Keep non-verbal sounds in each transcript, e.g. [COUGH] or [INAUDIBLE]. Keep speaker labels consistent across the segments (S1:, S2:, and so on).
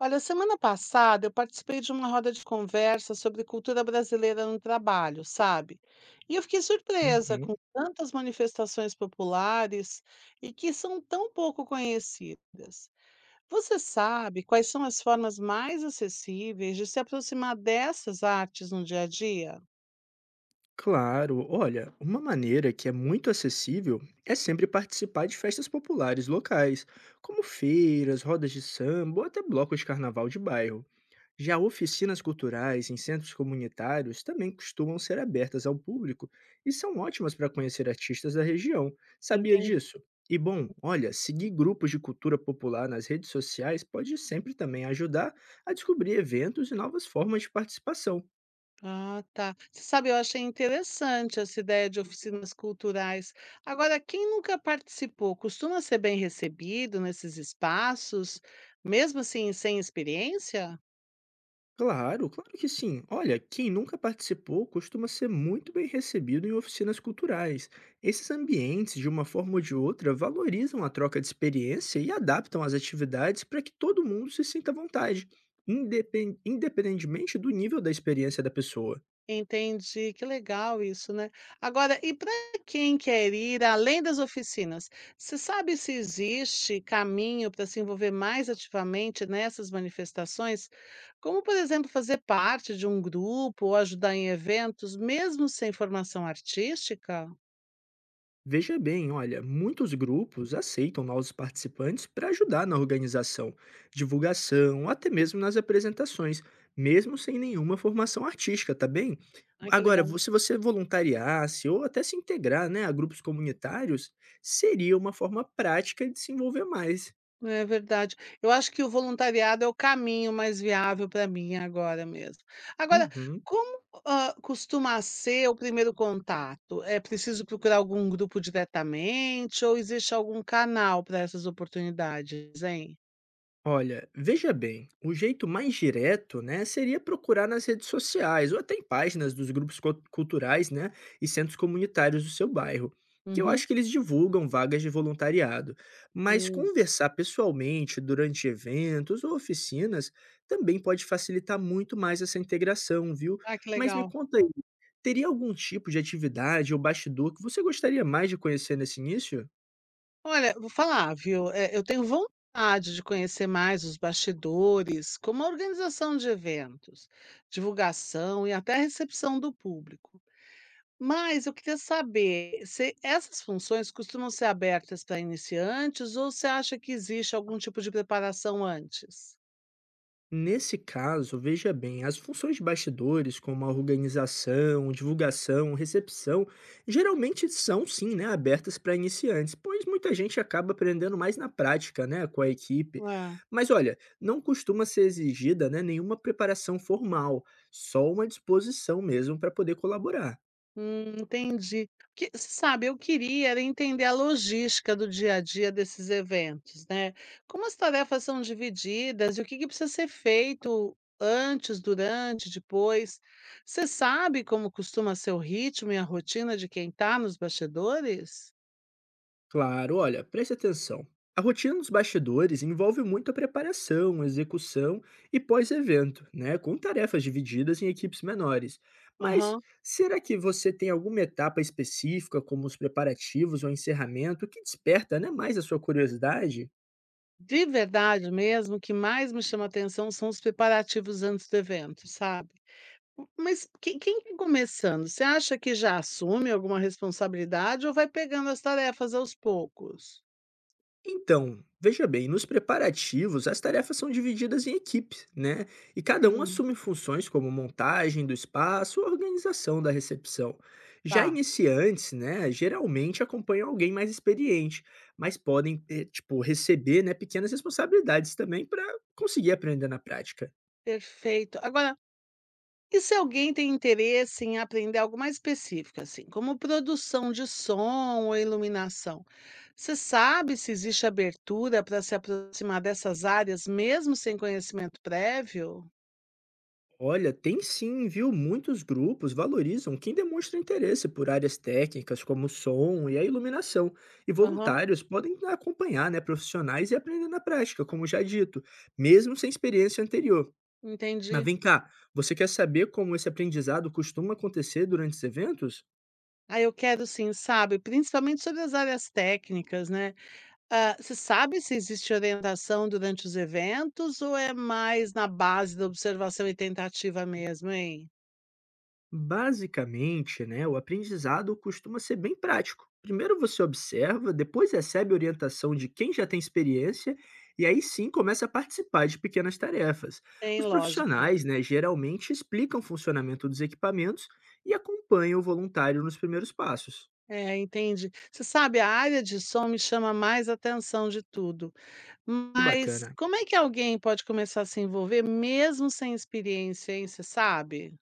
S1: Olha, semana passada eu participei de uma roda de conversa sobre cultura brasileira no trabalho, sabe? E eu fiquei surpresa com
S2: Uhum.
S1: tantas manifestações populares e que são tão pouco conhecidas. Você sabe quais são as formas mais acessíveis de se aproximar dessas artes no dia a dia?
S2: Claro, olha, uma maneira que é muito acessível é sempre participar de festas populares locais, como feiras, rodas de samba ou até blocos de carnaval de bairro. Já oficinas culturais em centros comunitários também costumam ser abertas ao público e são ótimas para conhecer artistas da região. Sabia
S1: Entendi.
S2: disso? E bom, olha, seguir grupos de cultura popular nas redes sociais pode sempre também ajudar a descobrir eventos e novas formas de participação.
S1: Ah, tá. Você sabe, eu achei interessante essa ideia de oficinas culturais. Agora, quem nunca participou, costuma ser bem recebido nesses espaços, mesmo assim, sem experiência?
S2: Claro, claro que sim. Olha, quem nunca participou costuma ser muito bem recebido em oficinas culturais. Esses ambientes, de uma forma ou de outra, valorizam a troca de experiência e adaptam as atividades para que todo mundo se sinta à vontade, independentemente do nível da experiência da pessoa.
S1: Entendi, que legal isso, né. Agora, e para quem quer ir além das oficinas, você sabe se existe caminho para se envolver mais ativamente nessas manifestações? Como, por exemplo, fazer parte de um grupo ou ajudar em eventos, mesmo sem formação artística?
S2: Veja bem, olha, muitos grupos aceitam novos participantes para ajudar na organização, divulgação, até mesmo nas apresentações, mesmo sem nenhuma formação artística, tá bem?
S1: Ai, que
S2: Agora,
S1: legal.
S2: se você voluntariasse ou até se integrar, né, a grupos comunitários, seria uma forma prática de se envolver mais.
S1: É verdade. Eu acho que o voluntariado é o caminho mais viável para mim agora mesmo. Agora,
S2: Uhum.
S1: como, costuma ser o primeiro contato? É preciso procurar algum grupo diretamente ou existe algum canal para essas oportunidades, hein?
S2: Olha, veja bem, o jeito mais direto, né, seria procurar nas redes sociais ou até em páginas dos grupos culturais, né, e centros comunitários do seu bairro, que eu
S1: Uhum.
S2: acho que eles divulgam vagas de voluntariado. Mas
S1: Hum.
S2: conversar pessoalmente durante eventos ou oficinas também pode facilitar muito mais essa integração, viu?
S1: Ah, que
S2: Mas me
S1: legal.
S2: conta aí, teria algum tipo de atividade ou bastidor que você gostaria mais de conhecer nesse início?
S1: Olha, vou falar, viu, eu tenho vontade de conhecer mais os bastidores, como a organização de eventos, divulgação e até a recepção do público. Mas eu queria saber, se essas funções costumam ser abertas para iniciantes ou você acha que existe algum tipo de preparação antes?
S2: Nesse caso, veja bem, as funções de bastidores, como a organização, divulgação, recepção, geralmente são sim, né, abertas para iniciantes, pois muita gente acaba aprendendo mais na prática, né, com a equipe.
S1: É,
S2: Mas olha, não costuma ser exigida, né, nenhuma preparação formal, só uma disposição mesmo para poder colaborar.
S1: entendi. Que sabe, eu queria era entender a logística do dia a dia desses eventos, né? Como as tarefas são divididas e o que que precisa ser feito antes, durante, depois. Você sabe como costuma ser o ritmo e a rotina de quem está nos bastidores?
S2: Claro, olha, preste atenção. A rotina dos bastidores envolve muito a preparação, execução e pós-evento, né? Com tarefas divididas em equipes menores. Mas
S1: Aham.
S2: será que você tem alguma etapa específica, como os preparativos ou encerramento, que desperta, né, mais a sua curiosidade?
S1: De verdade mesmo, o que mais me chama atenção são os preparativos antes do evento, sabe. Mas quem está começando, você acha que já assume alguma responsabilidade ou vai pegando as tarefas aos poucos?
S2: Então, veja bem, nos preparativos, as tarefas são divididas em equipes, né? E cada um
S1: Hum,
S2: assume funções como montagem do espaço, organização da recepção. Já
S1: tá,
S2: iniciantes, né, geralmente acompanham alguém mais experiente, mas podem, tipo, receber, né, pequenas responsabilidades também para conseguir aprender na prática.
S1: perfeito. Agora, e se alguém tem interesse em aprender algo mais específico, assim, como produção de som ou iluminação, você sabe se existe abertura para se aproximar dessas áreas mesmo sem conhecimento prévio?
S2: Olha, tem sim, viu? Muitos grupos valorizam quem demonstra interesse por áreas técnicas como o som e a iluminação, e
S1: Aham,
S2: voluntários podem acompanhar, né, profissionais e aprender na prática, como já dito, mesmo sem experiência anterior. Mas
S1: entendi.
S2: vem cá, você quer saber como esse aprendizado costuma acontecer durante os eventos?
S1: Ah, eu quero sim, sabe, principalmente sobre as áreas técnicas, né. Você sabe se existe orientação durante os eventos ou é mais na base da observação e tentativa mesmo, hein?
S2: Basicamente, né, o aprendizado costuma ser bem prático. Primeiro você observa, depois recebe orientação de quem já tem experiência e aí sim começa a participar de pequenas tarefas.
S1: Tem
S2: Os
S1: lógica.
S2: profissionais, né, geralmente explicam o funcionamento dos equipamentos e acompanham o voluntário nos primeiros passos.
S1: É, entendi. Você sabe, a área de som me chama mais atenção de tudo,
S2: Que
S1: mas
S2: bacana.
S1: como é que alguém pode começar a se envolver mesmo sem experiência, hein, você sabe?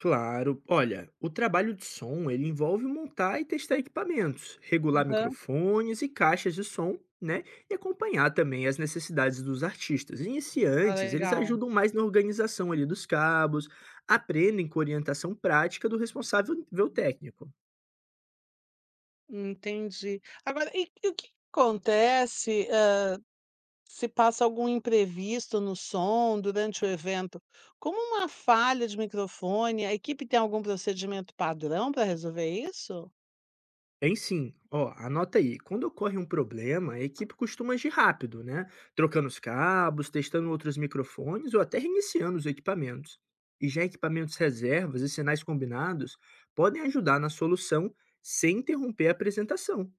S2: Claro. Olha, o trabalho de som, ele envolve montar e testar equipamentos, regular
S1: Aham,
S2: microfones e caixas de som, né? E acompanhar também as necessidades dos artistas.
S1: tá
S2: Iniciantes, eles
S1: legal.
S2: ajudam mais na organização ali dos cabos, aprendem com orientação prática do responsável nível técnico.
S1: Entendi. Agora, e o que acontece se passa algum imprevisto no som durante o evento, como uma falha de microfone, a equipe tem algum procedimento padrão para resolver isso?
S2: Tem sim. Ó, anota aí. Quando ocorre um problema, a equipe costuma agir rápido, né? Trocando os cabos, testando outros microfones ou até reiniciando os equipamentos. E já equipamentos reservas e sinais combinados podem ajudar na solução sem interromper a apresentação.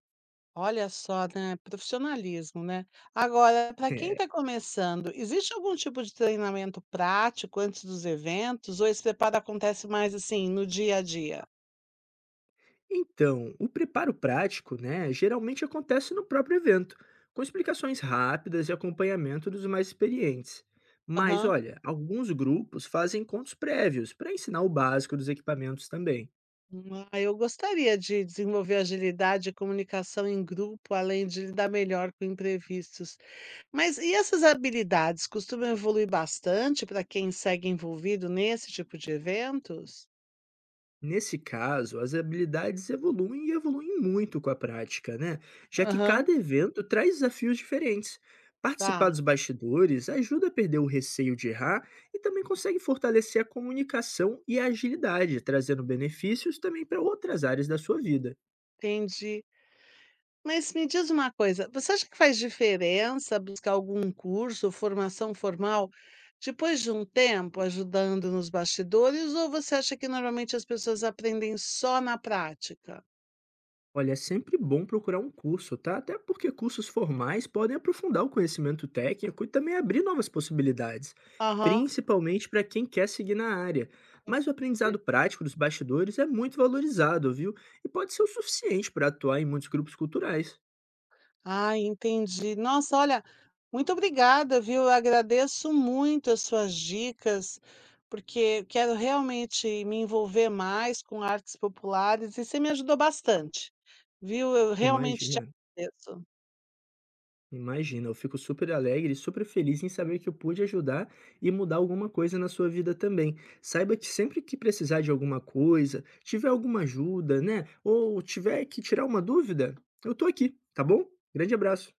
S1: Olha só, né, profissionalismo, né? Agora, para quem
S2: [LAUGHS]
S1: está começando, existe algum tipo de treinamento prático antes dos eventos ou esse preparo acontece mais assim no dia a dia?
S2: Então, o preparo prático, né, geralmente acontece no próprio evento, com explicações rápidas e acompanhamento dos mais experientes. Mas
S1: Aham.
S2: olha, alguns grupos fazem encontros prévios para ensinar o básico dos equipamentos também.
S1: Ah, eu gostaria de desenvolver agilidade e comunicação em grupo, além de lidar melhor com imprevistos. Mas e essas habilidades costumam evoluir bastante para quem segue envolvido nesse tipo de eventos?
S2: Nesse caso, as habilidades evoluem e evoluem muito com a prática, né? Já que
S1: Aham,
S2: cada evento traz desafios diferentes. Participar dos
S1: tá,
S2: bastidores ajuda a perder o receio de errar e também consegue fortalecer a comunicação e a agilidade, trazendo benefícios também para outras áreas da sua vida.
S1: entendi. Mas me diz uma coisa, você acha que faz diferença buscar algum curso, formação formal, depois de um tempo ajudando nos bastidores, ou você acha que normalmente as pessoas aprendem só na prática?
S2: Olha, é sempre bom procurar um curso, tá? Até porque cursos formais podem aprofundar o conhecimento técnico e também abrir novas possibilidades,
S1: Aham.
S2: principalmente para quem quer seguir na área. Mas o aprendizado prático dos bastidores é muito valorizado, viu? E pode ser o suficiente para atuar em muitos grupos culturais.
S1: Ah, entendi. Nossa, olha, muito obrigada, viu? Eu agradeço muito as suas dicas, porque eu quero realmente me envolver mais com artes populares e você me ajudou bastante, viu? Eu realmente te
S2: Imagina.
S1: agradeço.
S2: Imagina, eu fico super alegre e super feliz em saber que eu pude ajudar e mudar alguma coisa na sua vida também. Saiba que sempre que precisar de alguma coisa, tiver alguma ajuda, né? Ou tiver que tirar uma dúvida, eu tô aqui, tá bom? Grande abraço.